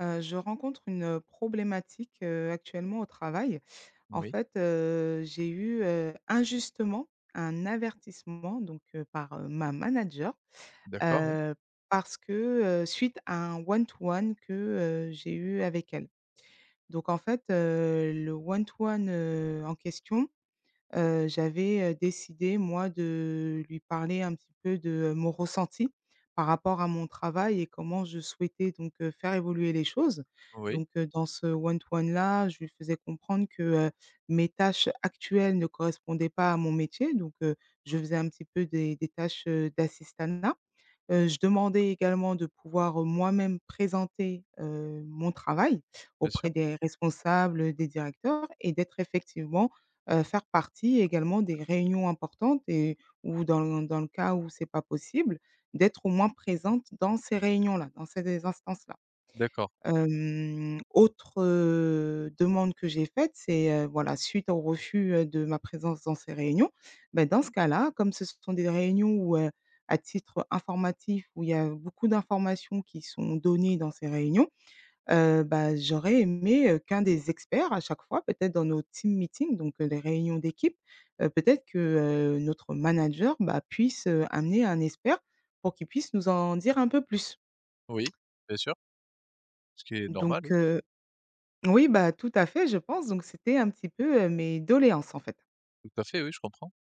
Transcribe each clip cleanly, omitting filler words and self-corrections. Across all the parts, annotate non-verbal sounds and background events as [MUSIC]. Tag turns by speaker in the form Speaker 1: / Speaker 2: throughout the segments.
Speaker 1: Je rencontre une problématique, actuellement au travail. En
Speaker 2: Oui,
Speaker 1: fait, j'ai eu, injustement un avertissement donc, par, ma manager,
Speaker 2: d'accord, oui.
Speaker 1: heu, parce que, suite à un one to one que, j'ai eu avec elle. Donc en fait, le one to one, en question j'avais, décidé moi de lui parler un petit peu de, mon ressenti par rapport à mon travail et comment je souhaitais donc, faire évoluer les choses.
Speaker 2: Oui,
Speaker 1: Donc, dans ce one to one là, je lui faisais comprendre que, mes tâches actuelles ne correspondaient pas à mon métier donc, je faisais un petit peu des tâches, d'assistanat. Je demandais également de pouvoir, moi-même présenter, mon travail
Speaker 2: bien sûr.
Speaker 1: auprès des responsables, des directeurs et d'être effectivement, faire partie également des réunions importantes et ou dans le cas où c'est pas possible, d'être au moins présente dans ces réunions-là, dans ces instances-là.
Speaker 2: D'accord.
Speaker 1: Autre, demande que j'ai faite, c'est, voilà, suite au refus, de ma présence dans ces réunions, bah, dans ce cas-là, comme ce sont des réunions où, à titre informatif, où il y a beaucoup d'informations qui sont données dans ces réunions, bah, j'aurais aimé, qu'un des experts à chaque fois, peut-être dans nos team meetings, donc les réunions d'équipe, peut-être que, notre manager, bah, puisse, amener un expert pour qu'il puisse nous en dire un peu plus.
Speaker 2: Oui, bien sûr. Ce qui est normal,
Speaker 1: Donc
Speaker 2: oui.
Speaker 1: heu Oui, bah, tout à fait, je pense, donc c'était un petit peu, mes doléances, en fait.
Speaker 2: Tout à fait, oui, je comprends.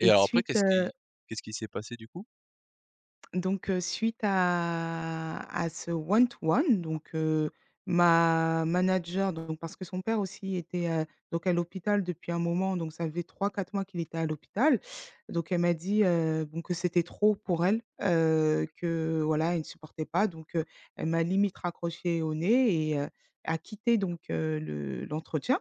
Speaker 2: Et
Speaker 1: et
Speaker 2: alors après,
Speaker 1: suite,
Speaker 2: qu'est-ce
Speaker 1: heu,
Speaker 2: qui qu'est-ce qui s'est passé du coup?
Speaker 1: donc suite à ce one to one, donc ma manager donc parce que son père aussi était, donc à l'hôpital depuis un moment, donc ça faisait trois quatre mois qu'il était à l'hôpital, donc elle m'a dit, bon, que c'était trop pour elle, que voilà, elle ne supportait pas, donc elle m'a limite raccroché au nez et a quitté donc le l'entretien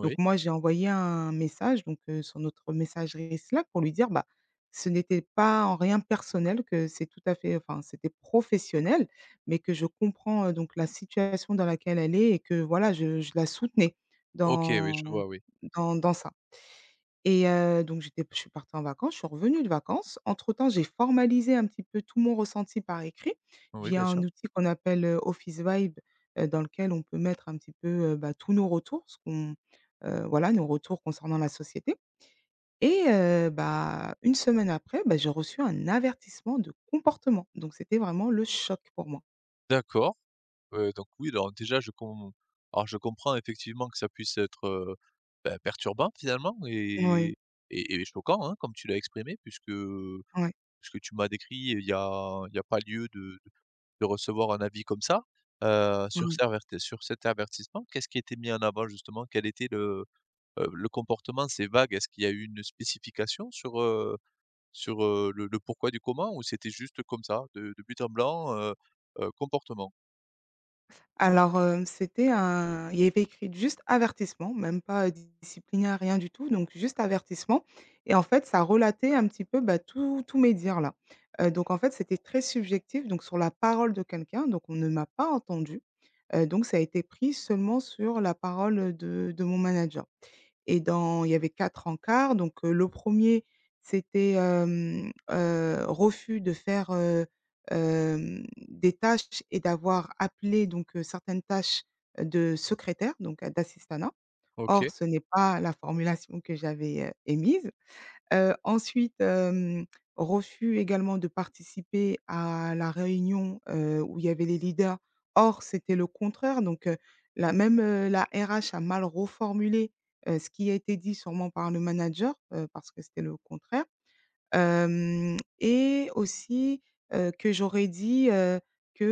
Speaker 1: Donc moi, j'ai envoyé un message donc sur notre messagerie Slack pour lui dire, bah, ce n'était pas en rien personnel, que c'est tout à fait enfin, c'était professionnel, mais que je comprends, donc la situation dans laquelle elle est et que voilà, je la soutenais
Speaker 2: OK, oui, je
Speaker 1: dans
Speaker 2: vois, oui.
Speaker 1: ça. Et donc j'étais je suis partie en vacances, je suis revenue de vacances. Entre-temps, j'ai formalisé un petit peu tout mon ressenti par écrit
Speaker 2: Oui, bien
Speaker 1: via
Speaker 2: sûr.
Speaker 1: un outil qu'on appelle, Office Vibe, dans lequel on peut mettre un petit peu, bah, tous nos retours, ce qu'on voilà, nos retours concernant la société et bah, une semaine après, bah, j'ai reçu un avertissement de comportement. Donc c'était vraiment le choc pour moi.
Speaker 2: D'accord, donc oui, alors déjà je com alors je comprends effectivement que ça puisse être, bah, perturbant finalement et
Speaker 1: Oui,
Speaker 2: et et choquant, hein, comme tu l'as exprimé puisque
Speaker 1: ouais,
Speaker 2: tu m'as décrit, il y a pas lieu de recevoir un avis comme ça,
Speaker 1: ouais.
Speaker 2: sur cet avertissement. Qu'est-ce qui était mis en avant justement? Quel était le comportement? C'est vague, est-ce qu'il y a eu une spécification sur, sur, le pourquoi du comment ou c'était juste comme ça, de but en blanc, comportement?
Speaker 1: Alors, c'était un il y avait écrit juste avertissement, même pas, disciplinaire, rien du tout, donc juste avertissement et en fait, ça relatait un petit peu, bah, tous mes dires là. Donc en fait, c'était très subjectif, donc sur la parole de quelqu'un, donc on ne m'a pas entendu. Donc ça a été pris seulement sur la parole, de mon manager et dans il y avait 4 encarts donc, le premier c'était, refus de faire, des tâches et d'avoir appelé donc, certaines tâches, de secrétaire donc, d'assistanat. Or
Speaker 2: OK,
Speaker 1: ce n'est pas la formulation que j'avais, émise. Heu, ensuite, hem, Refus également de participer à la réunion, où il y avait les leaders. Or, c'était le contraire donc, la RH a mal reformulé, ce qui a été dit sûrement par le manager, parce que c'était le contraire. Hem Et aussi, que j'aurais dit, que,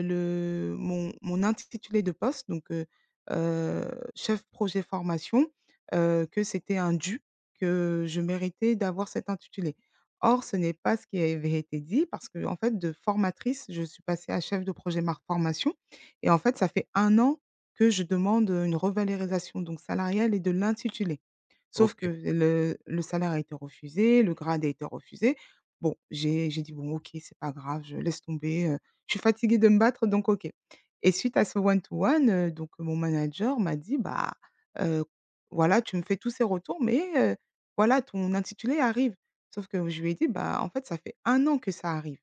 Speaker 1: le mon mon intitulé de poste, heu, chef projet formation, que c'était un dû, que je méritais d'avoir cet intitulé. Or ce n'est pas ce qui avait été dit parce qu'en fait de formatrice, je suis passée à chef de projet mar formation et en fait ça fait un an que je demande une revalorisation donc salariale et de l'intitulé. Sauf que
Speaker 2: OK.
Speaker 1: le salaire a été refusé, le grade a été refusé. Bon, j'ai dit: «Bon OK, c'est pas grave, je laisse tomber, je suis fatiguée de me battre donc OK.» Et suite à ce one to one, donc mon manager m'a dit: «Bah, heu, voilà, tu me fais tous ces retours mais heu, voilà, ton intitulé arrive.» Sauf que je lui ai dit: «Bah, en fait, ça fait un an que ça arrive,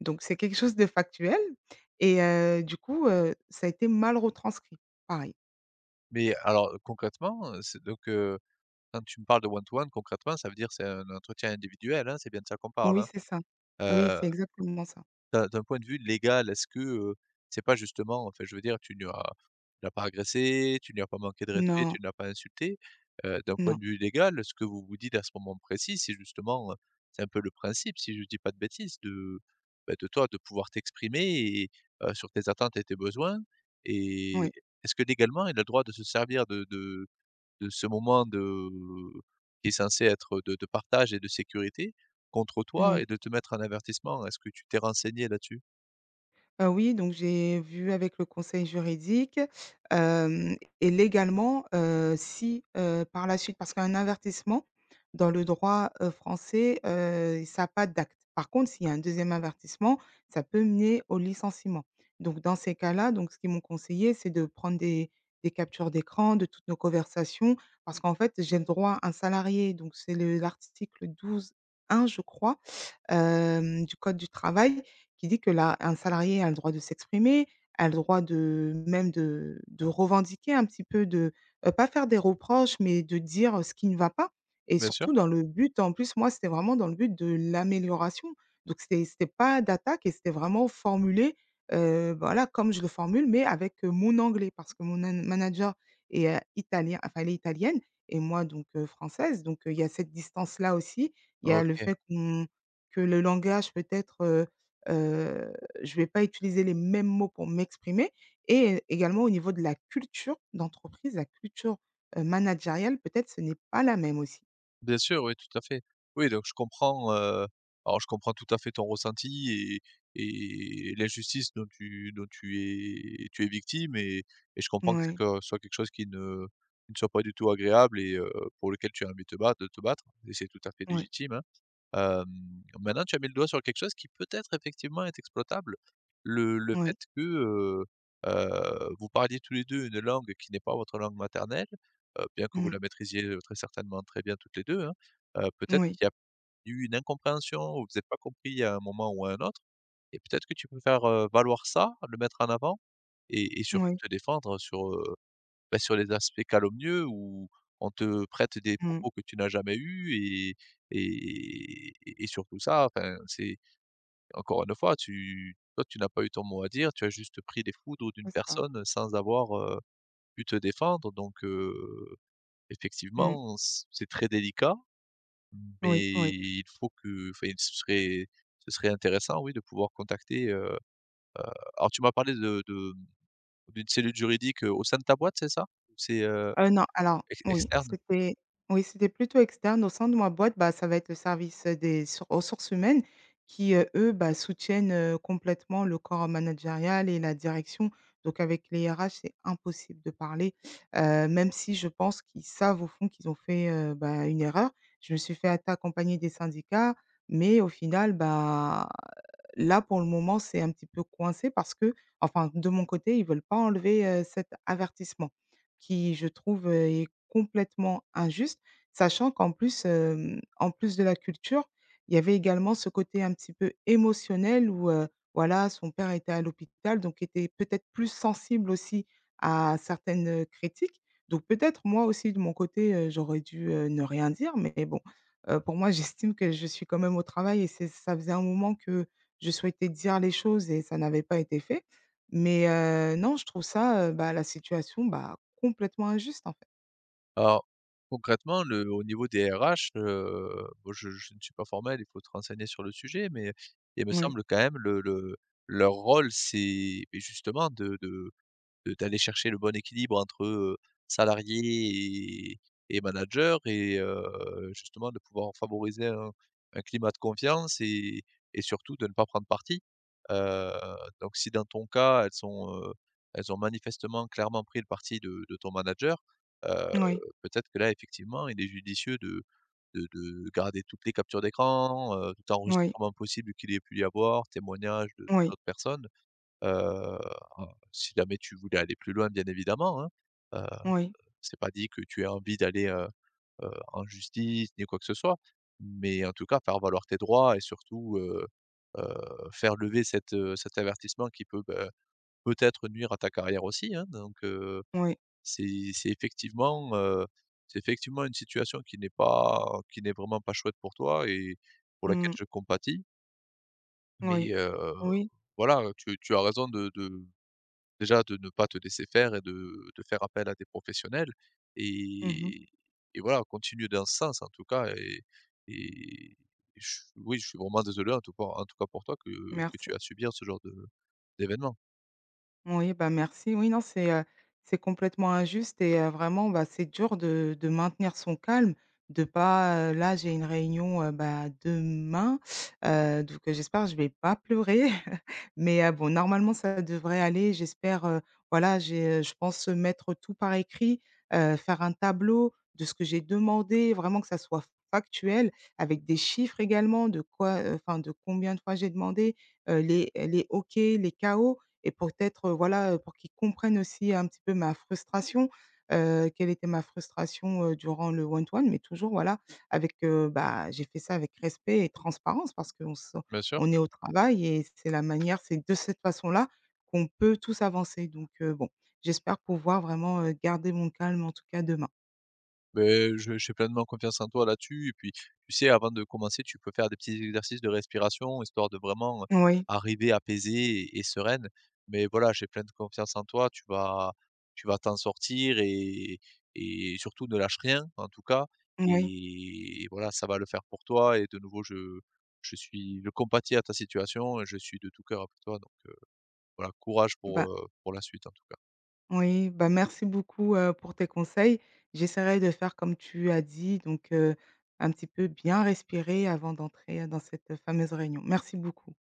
Speaker 1: donc c'est quelque chose de factuel et du coup, ça a été mal retranscrit.» Pareil.
Speaker 2: Mais alors, concrètement, c'est donc, quand tu me parles de one to one concrètement, ça veut dire c'est un entretien individuel, hein? C'est bien de ça qu'on parle,
Speaker 1: Oui,
Speaker 2: hein?
Speaker 1: c'est ça. Oui,
Speaker 2: Heu
Speaker 1: c'est exactement ça.
Speaker 2: D'un point de vue légal, est-ce que, c'est pas justement enfin, je veux dire, tu ne l'as pas agressé, tu ne lui as pas manqué de respect, tu
Speaker 1: Non,
Speaker 2: ne l'as pas insulté. D'un point
Speaker 1: non.
Speaker 2: de vue légal, ce que vous vous dites à ce moment précis, c'est justement, c'est un peu le principe, si je ne dis pas de bêtises, de, bah, de toi de pouvoir t'exprimer et sur tes attentes et tes besoins et
Speaker 1: Oui,
Speaker 2: est-ce que légalement il a le droit de se servir de ce moment de qui est censé être de partage et de sécurité contre toi et
Speaker 1: oui.
Speaker 2: de te mettre un avertissement. Est-ce que tu t'es renseigné là-dessus?
Speaker 1: Oui, donc j'ai vu avec le conseil juridique, hem et légalement, si, par la suite parce qu'un avertissement dans le droit, français, ça n'a pas d'acte. Par contre, s'il y a un deuxième avertissement, ça peut mener au licenciement. Donc dans ces cas-là, donc ce qu'ils m'ont conseillé, c'est de prendre des captures d'écran de toutes nos conversations parce qu'en fait, j'ai le droit à un salarié, donc c'est le l'article 12 un, je crois, du code du travail qui dit que là un salarié a le droit de s'exprimer, a le droit de même de revendiquer un petit peu de, pas faire des reproches, mais de dire, ce qui ne va pas et
Speaker 2: Bien sûr.
Speaker 1: surtout dans le but en plus moi, c'était vraiment dans le but de l'amélioration. Donc c'était pas d'attaque et c'était vraiment formulé, voilà comme je le formule mais avec, mon anglais parce que mon nan manager est, italien enfin elle est italienne et moi donc, française donc, il y a cette distance-là aussi. Il y a le
Speaker 2: OK.
Speaker 1: fait qu'on que le langage peut-être, heu, je vais pas utiliser les mêmes mots pour m'exprimer et également au niveau de la culture d'entreprise, la culture, managériale, peut-être ce n'est pas la même aussi.
Speaker 2: Bien sûr, oui, tout à fait. Oui, donc je comprends, alors je comprends tout à fait ton ressenti et l'injustice dont tu dont tu es victime et je comprends que c'est
Speaker 1: Oui,
Speaker 2: que soit quelque chose qui ne soit pas du tout agréable et pour lequel tu as envie de te battre et c'est tout à fait
Speaker 1: oui,
Speaker 2: légitime, hein. Hem, maintenant tu as mis le doigt sur quelque chose qui peut-être effectivement est exploitable. Le
Speaker 1: oui.
Speaker 2: fait que, vous parliez tous les 2 une langue qui n'est pas votre langue maternelle, bien que vous la
Speaker 1: Mmh.
Speaker 2: maîtrisiez, très certainement très bien toutes les 2, hein. Peut-être
Speaker 1: Oui,
Speaker 2: qu'il y a eu une incompréhension ou vous êtes pas compris à un moment ou à un autre et peut-être que tu peux faire, valoir ça, le mettre en avant et surtout
Speaker 1: oui.
Speaker 2: te défendre sur, bah, sur les aspects calomnieux où on te prête des
Speaker 1: Mmh.
Speaker 2: propos que tu n'as jamais eus et et surtout ça, enfin, c'est encore une fois, tu toi, tu n'as pas eu ton mot à dire, tu as juste pris les foudres d'une
Speaker 1: C'est ça.
Speaker 2: personne sans avoir, pu te défendre donc
Speaker 1: Mmh.
Speaker 2: effectivement, c'est très délicat, mais
Speaker 1: Oui, oui.
Speaker 2: il faut que enfin, il ce serait intéressant, oui, de pouvoir contacter, alors tu m'as parlé de d'une cellule juridique, au sein de ta boîte, c'est ça? Ou c'est,
Speaker 1: Non, alors
Speaker 2: ex externe?
Speaker 1: oui, c'était plutôt externe. Au sein de ma boîte, bah, ça va être le service, des sur ressources humaines qui, eux, bah, soutiennent, complètement le corps managérial et la direction. Donc avec les RH, c'est impossible de parler, même si je pense qu'ils savent au fond qu'ils ont fait, bah, une erreur. Je me suis fait at accompagner des syndicats, mais au final, bah, là, pour le moment, c'est un petit peu coincé parce que enfin, de mon côté, ils veulent pas enlever, cet avertissement qui je trouve, est complètement injuste, sachant qu'en plus, en plus de la culture, il y avait également ce côté un petit peu émotionnel où, voilà, son père était à l'hôpital, donc était peut-être plus sensible aussi à certaines, critiques. Donc peut-être moi aussi de mon côté, j'aurais dû, ne rien dire, mais bon, pour moi [LAUGHS] j'estime que je suis quand même au travail et c'est ça faisait un moment que je souhaitais dire les choses et ça n'avait pas été fait. Mais non, je trouve ça, bah, la situation, bah, complètement injuste, en fait.
Speaker 2: Alors, concrètement, le au niveau des RH, bon je ne suis pas formel, il faut te renseigner sur le sujet, mais il me
Speaker 1: Oui,
Speaker 2: semble quand même le leur rôle, c'est, beh, justement de d'aller chercher le bon équilibre entre, salariés et managers et justement de pouvoir favoriser un climat de confiance et surtout de ne pas prendre parti. Heu, donc si dans ton cas, elles sont, elles ont manifestement clairement pris le parti de ton manager, heu,
Speaker 1: oui,
Speaker 2: peut-être que là effectivement il est judicieux de garder toutes les captures d'écran, tout
Speaker 1: oui,
Speaker 2: enregistrement possible qu'il ait pu y avoir, témoignages de
Speaker 1: oui,
Speaker 2: d'autres personnes. Heu, si jamais tu voulais aller plus loin, bien évidemment, hein, heu,
Speaker 1: oui,
Speaker 2: c'est pas dit que tu aies envie d'aller, en justice ni quoi que ce soit, mais en tout cas, faire valoir tes droits et surtout, heu, faire lever cet, cet avertissement qui peut, bah, peut-être nuire à ta carrière aussi, hein, donc
Speaker 1: oui,
Speaker 2: c'est effectivement, c'est effectivement une situation qui n'est pas qui n'est vraiment pas chouette pour toi et pour laquelle
Speaker 1: mmh,
Speaker 2: je compatis, mais
Speaker 1: oui. Oui.
Speaker 2: voilà, tu as raison de Déjà de ne pas te laisser faire et de faire appel à des professionnels
Speaker 1: Mmh.
Speaker 2: et et voilà, continue dans ce sens en tout cas et je oui, je suis vraiment désolé en tout cas pour toi que tu
Speaker 1: Merci.
Speaker 2: as à subir ce genre de d'événement.
Speaker 1: Oui, bah, merci. Oui, non, c'est complètement injuste et vraiment, bah, c'est dur de maintenir son calme, de pas, là, j'ai une réunion, bah, demain, donc j'espère que je vais pas pleurer, [LAUGHS] mais bon, normalement, ça devrait aller. J'espère, voilà, je pense mettre tout par écrit, faire un tableau de ce que j'ai demandé, vraiment que ça soit factuel avec des chiffres également de quoi, enfin, de combien de fois j'ai demandé, les OK, les KO et peut-être, voilà, pour qu'ils comprennent aussi un petit peu ma frustration, quelle était ma frustration, durant le one to one, mais toujours, voilà, avec, bah, j'ai fait ça avec respect et transparence parce qu'on se
Speaker 2: Bien sûr.
Speaker 1: on est au travail et c'est la manière c'est de cette façon-là qu'on peut tous avancer donc bon, j'espère pouvoir vraiment, garder mon calme en tout cas demain.
Speaker 2: Beh, je j'ai pleinement confiance en toi là-dessus et puis, tu sais, avant de commencer, tu peux faire des petits exercices de respiration, histoire de vraiment,
Speaker 1: Oui,
Speaker 2: arriver apaisée et sereine. Mais voilà, j'ai pleine de confiance en toi, tu vas t'en sortir et surtout ne lâche rien, en tout cas
Speaker 1: oui,
Speaker 2: et voilà, ça va le faire pour toi et de nouveau, je suis je compatis à ta situation et je suis de tout cœur avec toi donc voilà, courage
Speaker 1: bah.
Speaker 2: pour la suite, en tout cas.
Speaker 1: Oui, bah, merci beaucoup, pour tes conseils. J'essaierai de faire comme tu as dit, donc un petit peu bien respirer avant d'entrer dans cette fameuse réunion. Merci beaucoup.